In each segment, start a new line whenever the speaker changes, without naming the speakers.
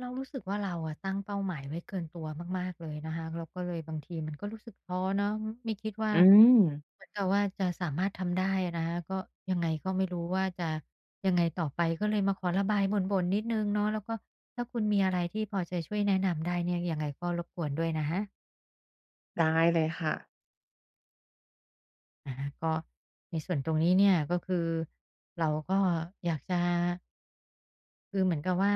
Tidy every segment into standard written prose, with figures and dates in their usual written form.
เรารู้สึกว่าเราอะตั้งเป้าหมายไว้เกินตัวมากๆเลยนะคะแล้วก็เลยบางทีมันก็รู้สึกท้อเนาะไม่คิดว่า
อืม
เหมือนกับว่าจะสามารถทำได้อะนะคะก็ยังไงก็ไม่รู้ว่าจะยังไงต่อไปก็เลยมาขอระบายบ่นๆนิดหนึ่งเนาะแล้วก็ถ้าคุณมีอะไรที่พอจะช่วยแนะนำได้เนี่ยยังไงก็รบกวนด้วยนะคะ
ได้เลยค่ะ
อาก็ในส่วนตรงนี้เนี่ยก็คือเราก็อยากจะคือเหมือนกับว่า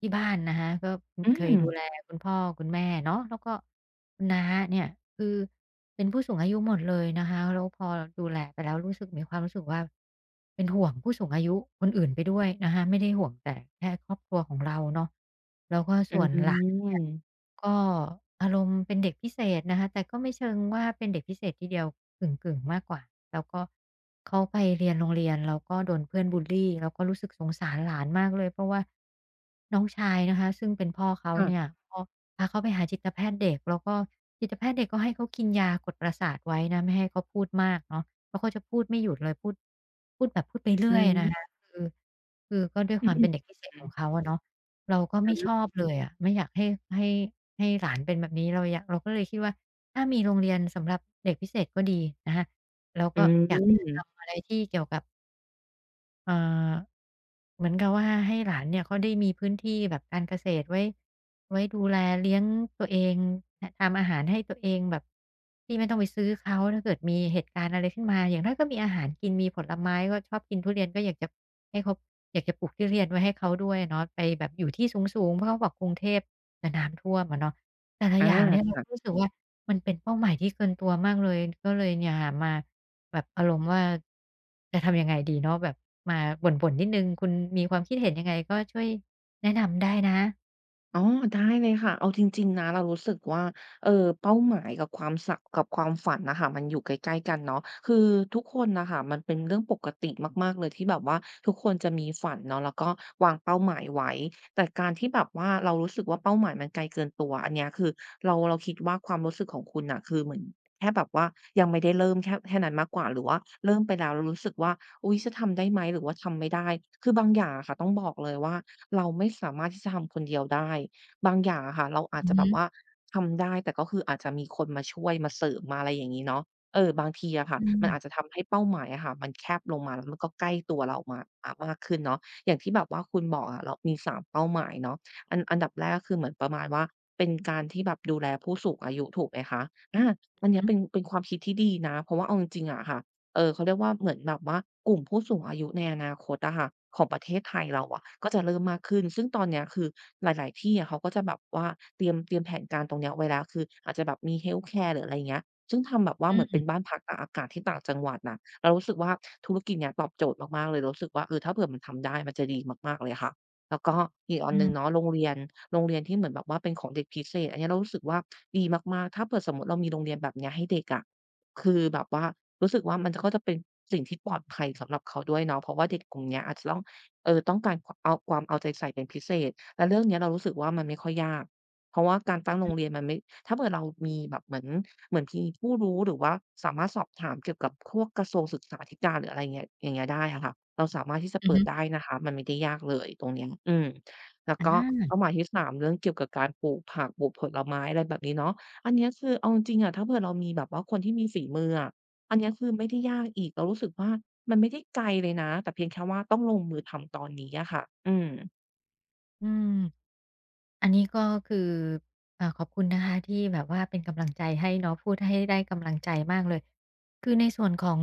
ที่บ้านนะคะก็
อื
เคย
ม
ดูแลคุณพ่อคุณแม่เนาะแล้วก็คุณน้าเนี่ยคือเป็นผู้สูงอายุหมดเลยนะคะแล้วพอดูแลไปแล้วรู้สึกมีความรู้สึกว่าเป็นห่วงผู้สูงอายุคนอื่นไปด้วยนะคะไม่ได้ห่วงแต่แค่ครอบครัวของเราเนาะแล้วก็
อื
ส่วนหลานเนี่
ม
ย ก็อารมณ์เป็นเด็กพิเศษนะคะแต่ก็ไม่เชิงว่าเป็นเด็กพิเศษทีเดียวกึ่งๆมากกว่าแล้วก็เขาไปเรียนโรงเรียนแล้วก็โดนเพื่อนบุลลีแล้วก็รู้สึกสงสารหลานมากเลยเพราะว่าน้องชายนะคะซึ่งเป็นพ่อเขา
ค่ะ
เนี่ยก็พาเขาไปหาจิตแพทย์เด็กแล้วก็จิตแพทย์เด็กก็ให้เขากินยากดประสาทไว้นะไม่ให้เขาพูดมากเนาะแล้วเขาจะพูดไม่หยุดเลยพูดพูดแบบไป
อื
เรื่อยนะ
ม
คะคือคือก็ด้วย
อื
ความ
ม
เป็นเด็กพิเศษ
อื
ข
ม
องเขาอะเนาะ เราก็
อ
ไม่ชอ
ม
บเลยอะไม่อยากให้ให้ให้หลานเป็นแบบนี้เราอยากเราก็เลยคิดว่าถ้ามีโรงเรียนสำหรับเด็กพิเศษก็ดีนะคะเรา
อื
ก็อยากจะ
ม
ทำอะไรที่เกี่ยวกับ เอ่อเหมือนกับว่าให้หลานเนี่ยเขาได้มีพื้นที่แบบการเกษตรไว้ดูแลเลี้ยงตัวเองททำอาหารให้ตัวเองแบบที่ไม่ต้องไปซื้อเขาถ้าเกิดมีเหตุการณ์อะไรขึ้นมาอย่างน้อยก็มีอาหารกินมีผลไม้ก็ชอบกินทุเรียนก็อยากจะให้เขาอยากจะปลูกทุเรียนไว้ให้เขาด้วยอะเนาะไปแบบอยู่ที่สูงๆเพราะเขาบอกกรุงเทพจะน้ำท่วมอะเนาะแต่ละอย่างเนี่ยเราก็
อา
รู้สึกว่ามันเป็นเป้าหมายที่เกินตัวมากเลยก็เลยเนี่ยค่ะมา แบบอารมณ์ว่าจะทำยังไงดีเนาะแบบมาบ่นๆนิดหนึ่งคุณมีความคิดเห็นยังไงก็ช่วยแนะนำได้นะ
อ๋อได้เลยค่ะเอาจริงๆนะเรารู้สึกว่าเอ่อเป้าหมายกับความสะกกับความฝันน่ะค่ะมันอยู่ใกล้ๆกันเนาะคือทุกคนน่ะค่ะมันเป็นเรื่องปกติมากๆเลยที่แบบว่าทุกคนจะมีฝันเนาะแล้วก็วางเป้าหมายไว้แต่การที่แบบว่าเรารู้สึกว่าเป้าหมายมันไกลเกินตัวอันเนี้ยคือเราคิดว่าความรู้สึกของคุณน่ะคือเหมือนแค่แบบว่ายังไม่ได้เริ่มแค่นั้นมากกว่าหรือว่าเริ่มไปแล้วแล้วรู้สึกว่า อุ๊ยจะทำได้ไหมหรือว่าทำไม่ได้ คือบางอย่างอะค่ะต้องบอกเลยว่าเราไม่สามารถที่จะทำคนเดียวได้บางอย่างอะค่ะเราอาจ
อือ
จะแบ
ฮึ
บว่าทำได้แต่ก็คืออาจจะมีคนมาช่วยมาเสริมมาอะไรอย่างงี้เนาะเออบางทีอะค่ะ
อื
มันอาจจะ
ม
ทำให้เป้าหมายอะค่ะมันแคบลงมาแล้วมันก็ใกล้ตัวเรามาอ่ามากขึ้นเนาะอย่างที่แบบว่าคุณบอกอะเรามีสามเป้าหมายเนาะอันดับแรกก็คือเหมือนประมาณว่าเป็นการที่แบบดูแลผู้สูงอายุถูกไหมคะอา
อื
อัน
อ
เนี้ย
ฮึ
เป็นความคิดที่ดีนะเพราะว่าเอาจริงๆอะค่ะ เออเขาเรียกว่าเหมือนแบบว่ากลุ่มผู้สูงอายุในอนาคตอะค่ะของประเทศไทยเราอะก็จะเริ่มมากขึ้นซึ่งตอนเนี้ยคือหลายๆที่อะเขาก็จะแบบว่าเตรียมแผนการตรงเนี้ยไว้แล้วคืออาจจะแบบมี Health Care หรืออะไรอย่างเงี้ยซึ่งทำแบบว่าเหมือน
อื
เป็นบ้านพักตากอากาศที่ต่างจังหวัดน่ะเรารู้สึกว่าธุรกิจเนี้ยตอบโจทย์มากๆเลยรู้สึกว่าเออถ้าเผื่อมันทำได้มันจะดีมากๆเลยค่ะแล้วก็อีกอันหนึ่ง
ม
เนาะโรงเรียนโรงเรียนที่เหมือนแบบว่าเป็นของเด็กพิเศษอันเนี้ยเรารู้สึกว่าดีมากๆถ้าเผื่อสมมุติเรามีโรงเรียนแบบเนี้ยให้เด็กอะคือแบบว่า รู้สึกว่ามันก็จะเป็นสิ่งที่ปลอดภัยสำหรับเขาด้วยเนาะเพราะว่าเด็กกลุ่มเนี้ยอาจจะต้องต้องการเอาความเอาใจใส่เป็นพิเศษ แล้วเรื่องเนี้ยเรารู้สึกว่ามันไม่ค่อยยากเพราะว่าการตั้งโรงเรียนมันไม่ถ้าเผื่อเรามีแบบเหมือนมีผู้รู้หรือว่าสามารถสอบถามเกี่ยวกับพวกกระทรวงศึกษาธิการหรืออะไรเงี้ยอย่างเงี้ยได้อะค่ะเราสามารถที่จะ
ๆอือ
เปิด
ฮึ
ได้นะคะมันไม่ได้ยากเลยตรงเนี้ยอืมแล้วก็
อา
เป้าหมายที่3เรื่องเกี่ยวกับการปลูกผักปลูกผลไม้อะไรแบบนี้เนาะอันเนี้ยคือเอาจริงๆอะถ้าเผื่อเรามีแบบว่าคนที่มีฝีมืออะ อันเนี้ยคือไม่ได้ยากอีกเรารู้สึกว่ามันไม่ได้ไกลเลยนะแต่เพียงแค่ว่าต้องลงมือทำตอนนี้อะค่ะอืม
อืม อันนี้ก็คือขอบคุณนะคะที่แบบว่าเป็นกำลังใจให้เนาะพูดให้ได้กำลังใจมากเลย คือในส่วนของ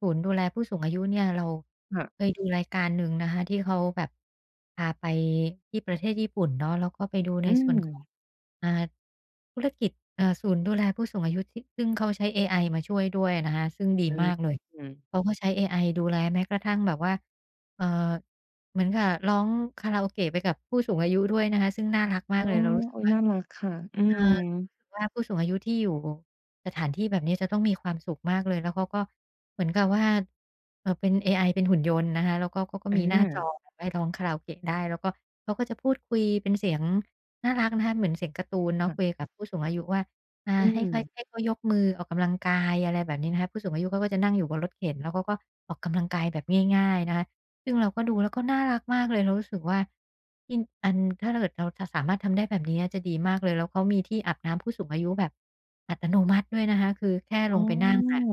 ศูนย์ดูแลผู้สูงอายุเนี่ยเราเคย
ค่ะ
ดูรายการหนึ่งนะคะที่เขาแบบพาไปที่ประเทศญี่ปุ่นเนาะแล้วก็ไปดูใน
อื
ส่วน
ม
ของอ่าธุรกิจศูนย์ดูแลผู้สูงอายุที่ซึ่งเขาใช้เอไอมาช่วยด้วยนะคะซึ่งดี
อืม
มากเลย
อืม
เขาก็ใช้เอไอดูแลแม้กระทั่งแบบว่า เอ่อเหมือนกับร้องคาราโอเกะไปกับผู้สูงอายุด้วยนะคะซึ่งน่ารักมา
อ๋อ
กเลยเรารู้สึก
โอ๊ย
ว่า
น่ารักค่ะอืม
เอารู้สึกว่าผู้สูงอายุที่อยู่สถานที่แบบนี้จะต้องมีความสุขมากเลยแล้วเขาก็เหมือนกับว่าเป็นเอไอเป็นหุ่นยนต์นะคะแล้วก็เขาก็
อา
มีหน้าจอแบบให้ร้องคาราโอเกะได้แล้วก็เขาก็จะพูดคุยเป็นเสียงน่ารักนะคะเหมือนเสียงการ์ตูนเนาะคุย
ค่ะ
กับผู้สูงอายุว่า
อื
ให้
ม
ค่อยให้เขายกมือออกกำลังกายอะไรแบบนี้นะคะผู้สูงอายุเขาก็จะนั่งอยู่บนรถเข็นแล้วเขาก็ออกกำลังกายแบบง่ายๆนะคะ ซึ่งเราก็ดูแล้วก็น่ารักมากเลยเรารู้สึกว่ายิ่อันถ้าเกิดเราทสามารถทำได้แบบนี้จะดีมากเลยแล้วเขามีที่อาบน้ำผู้สูงอายุแบบอัตโนมัติด้วยนะคะคือแค่ล
อ๋
งไปนั่งอะ
อ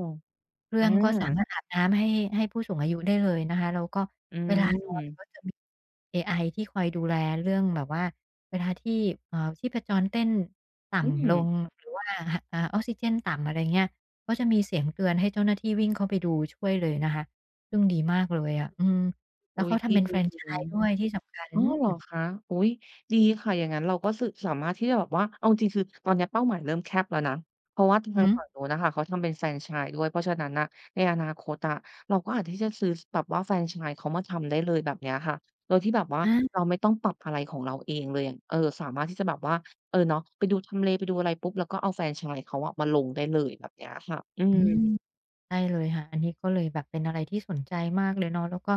เครื่
อ
องก็สามาร
า
ถอาบน้ำให้ผู้สูงอายุได้เลยนะคะแล้วก็
อื
เวลานอ
ม
นก็จะมีเอไอที่คอยดูแลเรื่องแบบว่าเวลาที่ชีพจรเต้น
อื
ต่ำล
ม
งหรือว่าหอ่าออกซิเจนต่ำอะไรเงี้ยก็จะมีเสียงเตือนให้เจ้าหน้าที่วิ่งเข้าไปดูช่วยเลยนะคะซึ่งดีมากเลยอะอืม แล้
โอ๊
ว
ย
เขา
ดี
ทำเป็น
จ
แฟรนไช
ริง
ส์ด้วยที่สำคัญ
ๆ อ๋อเหรอคะอุ๊ยดีค่ะ อย่างงั้นเราก็สามารถที่จะแบบว่าเอาจริงๆคือตอนเนี้ยเป้าหมายเริ่มแคบแล้วนะเพราะว่าทาง
อื
ฝั่งนู้นน่ะค่ะเขาทำเป็นแฟรนไชส์ด้วยเพราะฉะนั้นน่ะในอนาคตอะเราก็อาจที่จะซื้อแบบว่าแฟรนไชส์เขามาทำได้เลยแบบเนี้ยค่ะโดยที่แบบว่า
อฮึอา
เราไม่ต้องปรับอะไรของเราเองเลยอย่างเออสามารถที่จะแบบว่าเออเนาะไปดูทำเลไปดูอะไรปุ๊บแล้วก็เอาแฟรนไชส์เขาอะมาลงได้เลยแบบเนี้ยค่ะอื
อื
ม
ม ใช่เลยค่ะอันนี้ก็เลยแบบเป็นอะไรที่สนใจมากเลยเนาะแล้วก็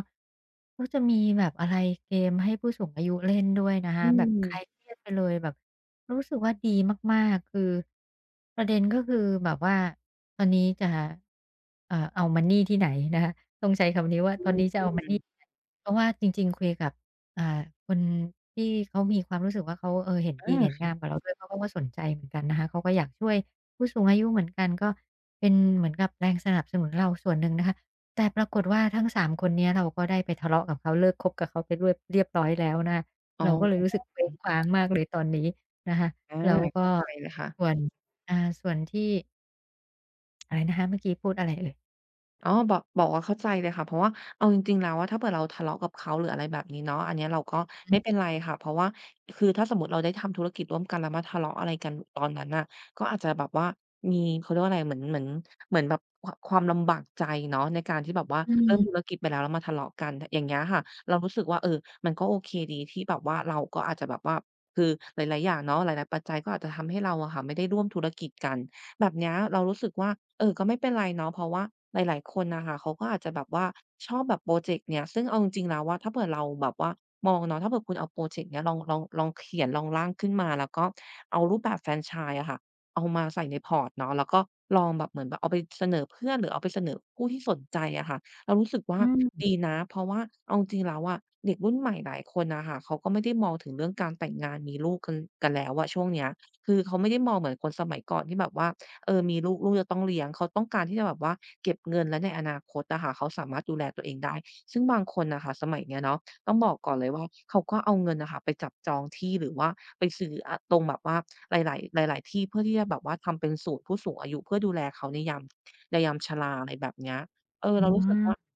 ก็จะมีแบบอะไรเกมให้ผู้สูงอายุเล่นด้วยนะคะ
อื
แบบคลายเค
ม
รียดไปเลยแบบรู้สึกว่าดีมากๆคือประเด็นก็คือแบบว่าตอนนี้จะเอามันนี่ที่ไหนนะคะต้องใช้คำนี้ว่า
อื
ตอนนี้จะ
ม
เอามันนี่เพราะว่าจริงๆคุยกับอ่าคนที่เขามีความรู้สึกว่าเขาเออเห็นดีเห็น
อา
งามกับเราด้วยเขาก็ว่าสนใจเหมือนกันนะคะเขาก็อยากช่วยผู้สูงอายุเหมือนกันก็ เป็นเหมือนกับแรงสนับสนุนเราส่วนหนึ่งนะคะแต่ปรากฏว่าทั้ง3คนเนี้ยเราก็ได้ไปทะเลาะกับเขาเลิกคบกับเขาไปด้วยเรียบร้อยแล้วนะคะ
อ๋
เราก็เลย
อ
รู้สึกเคว้งคว้างมากเลยตอนนี้นะคะ
อา
แล้วก็
เข้าใจเลยค่ะ
ส่วนอ่าส่วนที่อะไรนะคะเมื่อกี้พูดอะไรเอ่ย
อ๋อบอกว่าเข้าใจเลยค่ะเพราะว่าเอาจริงๆแล้วอะถ้าเผื่อเราทะเลาะกับเขาหรืออะไรแบบนี้เนาะอันเนี้ยเราก็
อือ
ไม่เป็นไรค่ะเพราะว่าคือถ้าสมมุติเราได้ทำธุรกิจร่วมกันแล้วมาทะเลาะอะไรกันตอนนั้นน่ะก็อาจจะแบบว่ามีเขาเรียกว่าอะไรเหมือนแบบความลำบากใจเนาะในการที่แบบว่า
อื
เริ่ม
ม
ธุรกิจไปแล้วแล้วมาทะเลาะกันอย่างเงี้ยค่ะเรารู้สึกว่าเออมันก็โอเคดีที่แบบว่าเราก็อาจจะแบบว่าคือหลายๆอย่างเนาะหลายๆปัจจัยก็อาจจะทำให้เราอะค่ะไม่ได้ร่วมธุรกิจกัน แบบเนี้ยเรารู้สึกว่าเออก็ไม่เป็นไรเนาะเพราะว่าหลายๆคนน่ะค่ะเขาก็อาจจะแบบว่าชอบแบบพรอเจกต์เนี้ยซึ่งเอาจริงๆแล้วอะถ้าเผื่อเราแบบว่ามองเนาะถ้าเผื่อคุณเอาพรอเจกต์เนี้ยลองเขียนลองร่างขึ้นมาแล้วก็เอารูปแบบแฟรนไชส์อะค่ะเอามาใส่ในพอร์ตเนาะแล้วก็ลองแบบเหมือนแบบเอาไปเสนอเพื่อนหรือเอาไปเสนอผู้ที่สนใจอะค่ะเรารู้สึกว่า
อื
ดี
ม
นะเพราะว่าเอาจริงๆแล้วอะเด็กรุ่นใหม่หลายคนน่ะค่ะเขาก็ไม่ได้มองถึงเรื่องการแต่งงานมีลูกกันแล้วอะช่วงเนี้ยคือเขาไม่ได้มองเหมือนคนสมัยก่อนที่แบบว่า เออมีลูกจะต้องเลี้ยงเขาต้องการที่จะแบบว่าเก็บเงินและในอนาคตอะค่ะเขาสามารถดูแลตัวเองได้ซึ่งบางคนน่ะค่ะสมัยเนี้ยเนาะต้องบอกก่อนเลยว่าเขาก็เอาเงินน่ะค่ะไปจับจองที่หรือว่าไปซื้ออะตรงแบบว่าหลายๆหลายๆที่เพื่อที่จะแบบว่าทำเป็นศูนย์ผู้สูงอายุเพื่อดูแลเขาในยามชราอะไรแบบเนี้ยเออ
อ๋
เรารู้สึกว่า
อ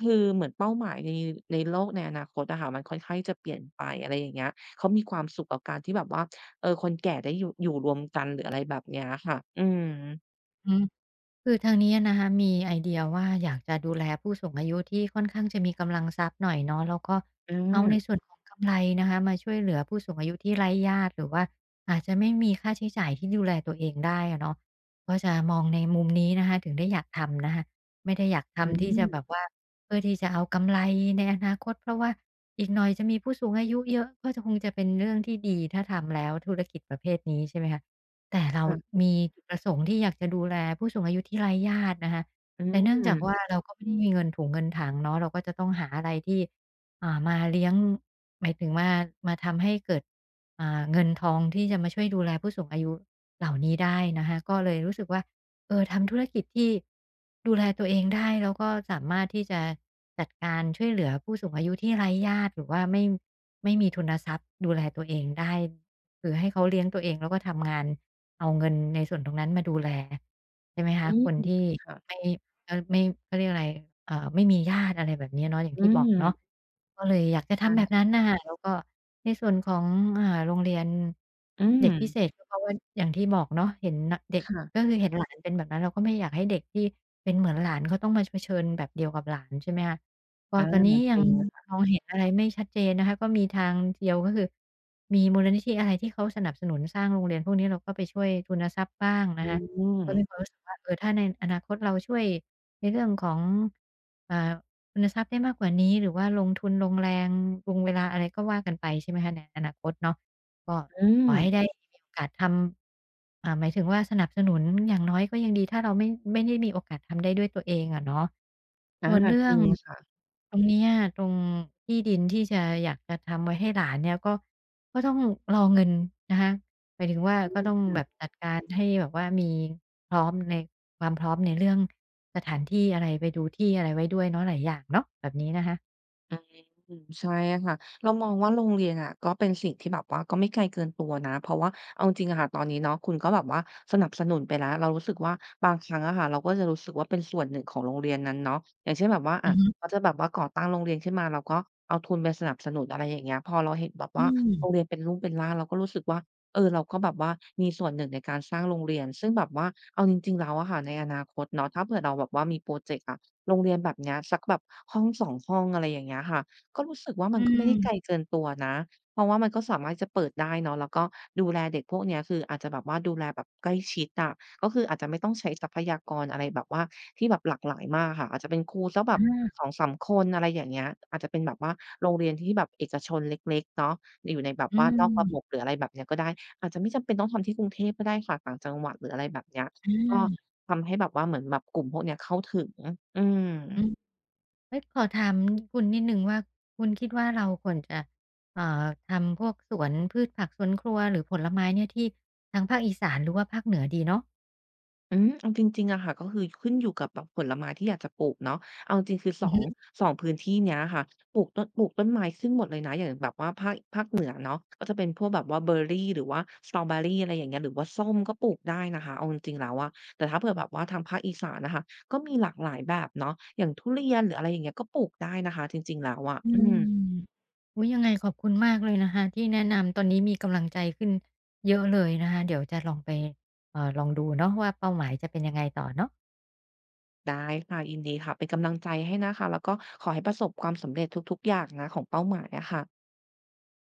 คือเหมือนเป้าหมายในโลกในอนาคตอะค่ะมันค่อนข้างที่จะเปลี่ยนไปอะไรอย่างเงี้ยเขามีความสุขกับการที่แบบว่า เออคนแก่ได้อยู่รวมกันหรืออะไรแบบเนี้ยค่ะอืม
อือ คือทางนี้นะคะมีไอเดียว่าอยากจะดูแลผู้สูงอายุที่ค่อนข้างจะมีกำลังทรัพย์หน่อยเนาะแล้วก็
อ
เอาใน
า
ส่วนของกำไรนะคะมาช่วยเหลือผู้สูงอายุที่ไร้ญาติหรือว่าอาจจะไม่มีค่าใช้จ่ายที่ดูแลตัวเองได้อะเนาะก็จะมองในมุมนี้นะคะถึงได้อยากทำนะคะไม่ได้อยาก
อื
ทำที่จะแบ
ม
บว่าเพื่อที่จะเอากำไรในอนาคตเพราะว่าอีกหน่อยจะมีผู้สูงอายุเยอะก็จะคงจะเป็นเรื่องที่ดีถ้าทำแล้วธุรกิจประเภทนี้ใช่ไหมคะ แต่เรา
ค่ะ
มีจุดประสงค์ที่อยากจะดูแลผู้สูงอายุที่ไร้ญาตินะคะ
อื
แต่เนื่องจากว่า
ม
เราก็ไม่ได้มีเงินถุงเงินถังเนาะเราก็จะต้องหาอะไรที่มาเลี้ยงหมายถึงว่ามาทำให้เกิดเงินทองที่จะมาช่วยดูแลผู้สูงอายุเหล่านี้ได้นะคะก็เลยรู้สึกว่าเออทำธุรกิจที่ดูแลตัวเองได้แล้วก็สามารถที่จะจัดการช่วยเหลือผู้สูงอายุที่ไร้ญาติหรือว่าไม่มีทุนทรัพย์ดูแลตัวเองได้ คือให้เขาเลี้ยงตัวเองแล้วก็ทำงานเอาเงินในส่วนตรงนั้นมาดูแลใช่ไหมคะ
อื
ค
ม
นที่
ค่ะ
ไม่ไม่เขาเรียกอะไรไม่มีญาติอะไรแบบนี้เนาะอย่าง
อื
ที่บอกเนาะ
ม
ก็เลยอยากจะทำแบบ
ได้
นั้นน่ะแล้วก็ในส่วนของโรงเรียน
อื
เด็กพิเศ
ม
ษก็เพราะว่าอย่างที่บอกเนาะเห็นนเด็กก็
ค่ะ
คือเห็นหลานเป็นแบบนั้นเราก็ไม่อยากให้เด็กที่เป็นเหมือนหลานเขาต้องมาเผชิญแบบเดียวกับหลานใช่ไหมคะ ก็
อา
ตอนนี้
จ
ยัง
ริง
มมองเห็นอะไรไม่ชัดเจนนะคะก็มีทางเดียวก็คือมีมูลนิธิอะไรที่เขาสนับสนุนสร้างโรงเรียนพวกนี้เราก็ไปช่วยทุนทรัพย์บ้าง
อื
นะคะ
ม
ก็มีความรู้สึกว่าเออถ้าในอนาคตเราช่วยในเรื่องของอ่าทุนทรัพย์ได้มากกว่านี้หรือว่าลงทุนลงแรงลงเวลาอะไรก็ว่ากันไปใช่ไหมคะในอนาคตเนาะ ก็
อื
ข
ม
อให้ได้มีโอกาสทำหมายถึงว่าสนับสนุนอย่างน้อยก็ยังดีถ้าเราไม่ได้มีโอกาสทำได้ด้วยตัวเองอะเนาะ
อา
ส่วนเรื่
จ
อ
ริ
ง
งค่ะ
ตรงเนี้ยตรงที่ดินที่จะอยากจะทำไว้ให้หลานเนี่ยก็ก็ต้องรอเงินนะคะหมายถึงว่าก็ต้องแบบจัดการให้แบบว่ามีพร้อมในความพร้อมในเรื่องสถานที่อะไรไปดูที่อะไรไว้ด้วยเนาะหลายอย่างเนาะแบบนี้นะคะ
อืมใช่ค่ะเรามองว่าโรงเรียนอะก็เป็นสิ่งที่แบบว่าก็ไม่ไกลเกินตัวนะเพราะว่าเอาจริงๆอะค่ะตอนนี้เนาะคุณก็แบบว่าสนับสนุนไปแล้วเรารู้สึกว่าบางครั้งอะค่ะเราก็จะรู้สึกว่าเป็นส่วนหนึ่งของโรงเรียนนั้นเนาะอย่างเช่นแบบว่าอะ
อือฮึ
เขาจะแบบว่าก่อตั้งโรงเรียนขึ้นมาเราก็เอาทุนไปสนับสนุนอะไรอย่างเงี้ยพอเราเห็นแบบว่า
อื
โรงเรียน
ม
เป็นรูปเป็นร่างเราก็รู้สึกว่าเออเราก็แบบว่ามีส่วนหนึ่งในการสร้างโรงเรียนซึ่งแบบว่าเอาจริงๆแล้วอะค่ะในอนาคตเนาะถ้าเผื่อเราแบบว่ามีพรอเจกต์อะ โรงเรียนแบบเนี้ยสักแบบห้อง2ห้องอะไรอย่างเงี้ยค่ะก็รู้สึกว่ามั
อื
นก็ไม่
ม
ได้ไกลเกินตัวนะเพราะว่ามันก็สามารถจะเปิดได้เนาะแล้วก็ดูแลเด็กพวกเนี้ยคืออาจจะแบบว่าดูแลแบบใกล้ชิดอะก็คืออาจจะไม่ต้องใช้ทรัพยากรอะไรแบบว่าที่แบบหลากหลายมากค่ะอาจจะเป็นครูสักแบบ
อา
2มคนอะไรอย่างเงี้ยอาจจะเป็นแบบว่าโรงเรียนที่แบบเอกชนเล็กๆเนาะอยู่ในแบบ
อื
ว่านอกระบบ
ม
หรืออะไรแบบเนี้ยก็ได้อาจจะไม่จำเป็นต้องทำที่กรุงเทพก็ได้ค่ะต่างจังหวัดหรืออะไรแบบเนี้ย
อ
ก็
า
ทำให้แบบว่าเหมือนแบบกลุ่มพวกเนี้ยเข้าถึงอืม
อืม เฮ้ยขอถามคุณนิดหนึ่งว่าคุณคิดว่าเราควรจะทำพวกสวนพืชผักสวนครัวหรือผลไม้เนี่ยที่ทางภาคอีสานหรือว่าภาคเหนือดีเนาะ
อืมเอาจริงๆอะค่ะก็คือขึ้นอยู่กับแบบผลไม้ที่อยากจะปลูกเนาะเอาจริงๆคือ
อือ
2ง
ฮึ
สองพื้นที่เนี้ยค่ะปลูกต้นไม้ขึ้นหมดเลยนะอย่างแบบว่าภาคเหนือเนาะก็จะเป็นพวกแบบว่าเบอร์รี่หรือว่าสตรอเบอร์รี่อะไรอย่างเงี้ยหรือว่าส้มก็ปลูกได้นะคะเอาจริงๆแล้วอะแต่ถ้าเผื่อแบบว่าทางภาคอีสานน่ะค่ะก็มีหลากหลายแบบเนาะอย่างทุเรียนหรืออะไรอย่างเงี้ยก็ปลูกได้นะคะจริงๆแล้วอะ
อื
อืม
มอุ๊ยยังไงขอบคุณมากเลยนะคะที่แนะนำตอนนี้มีกำลังใจขึ้นเยอะเลยนะคะเดี๋ยวจะลองไปลองดูเนาะว่าเป้าหมายจะเป็นยังไงต่อเนาะ
ได้ค่ะยินดีค่ะเป็นกำลังใจให้นะคะแล้วก็ขอให้ประสบความสำเร็จทุกๆอย่างนะของเป้าหมายอะค่ะ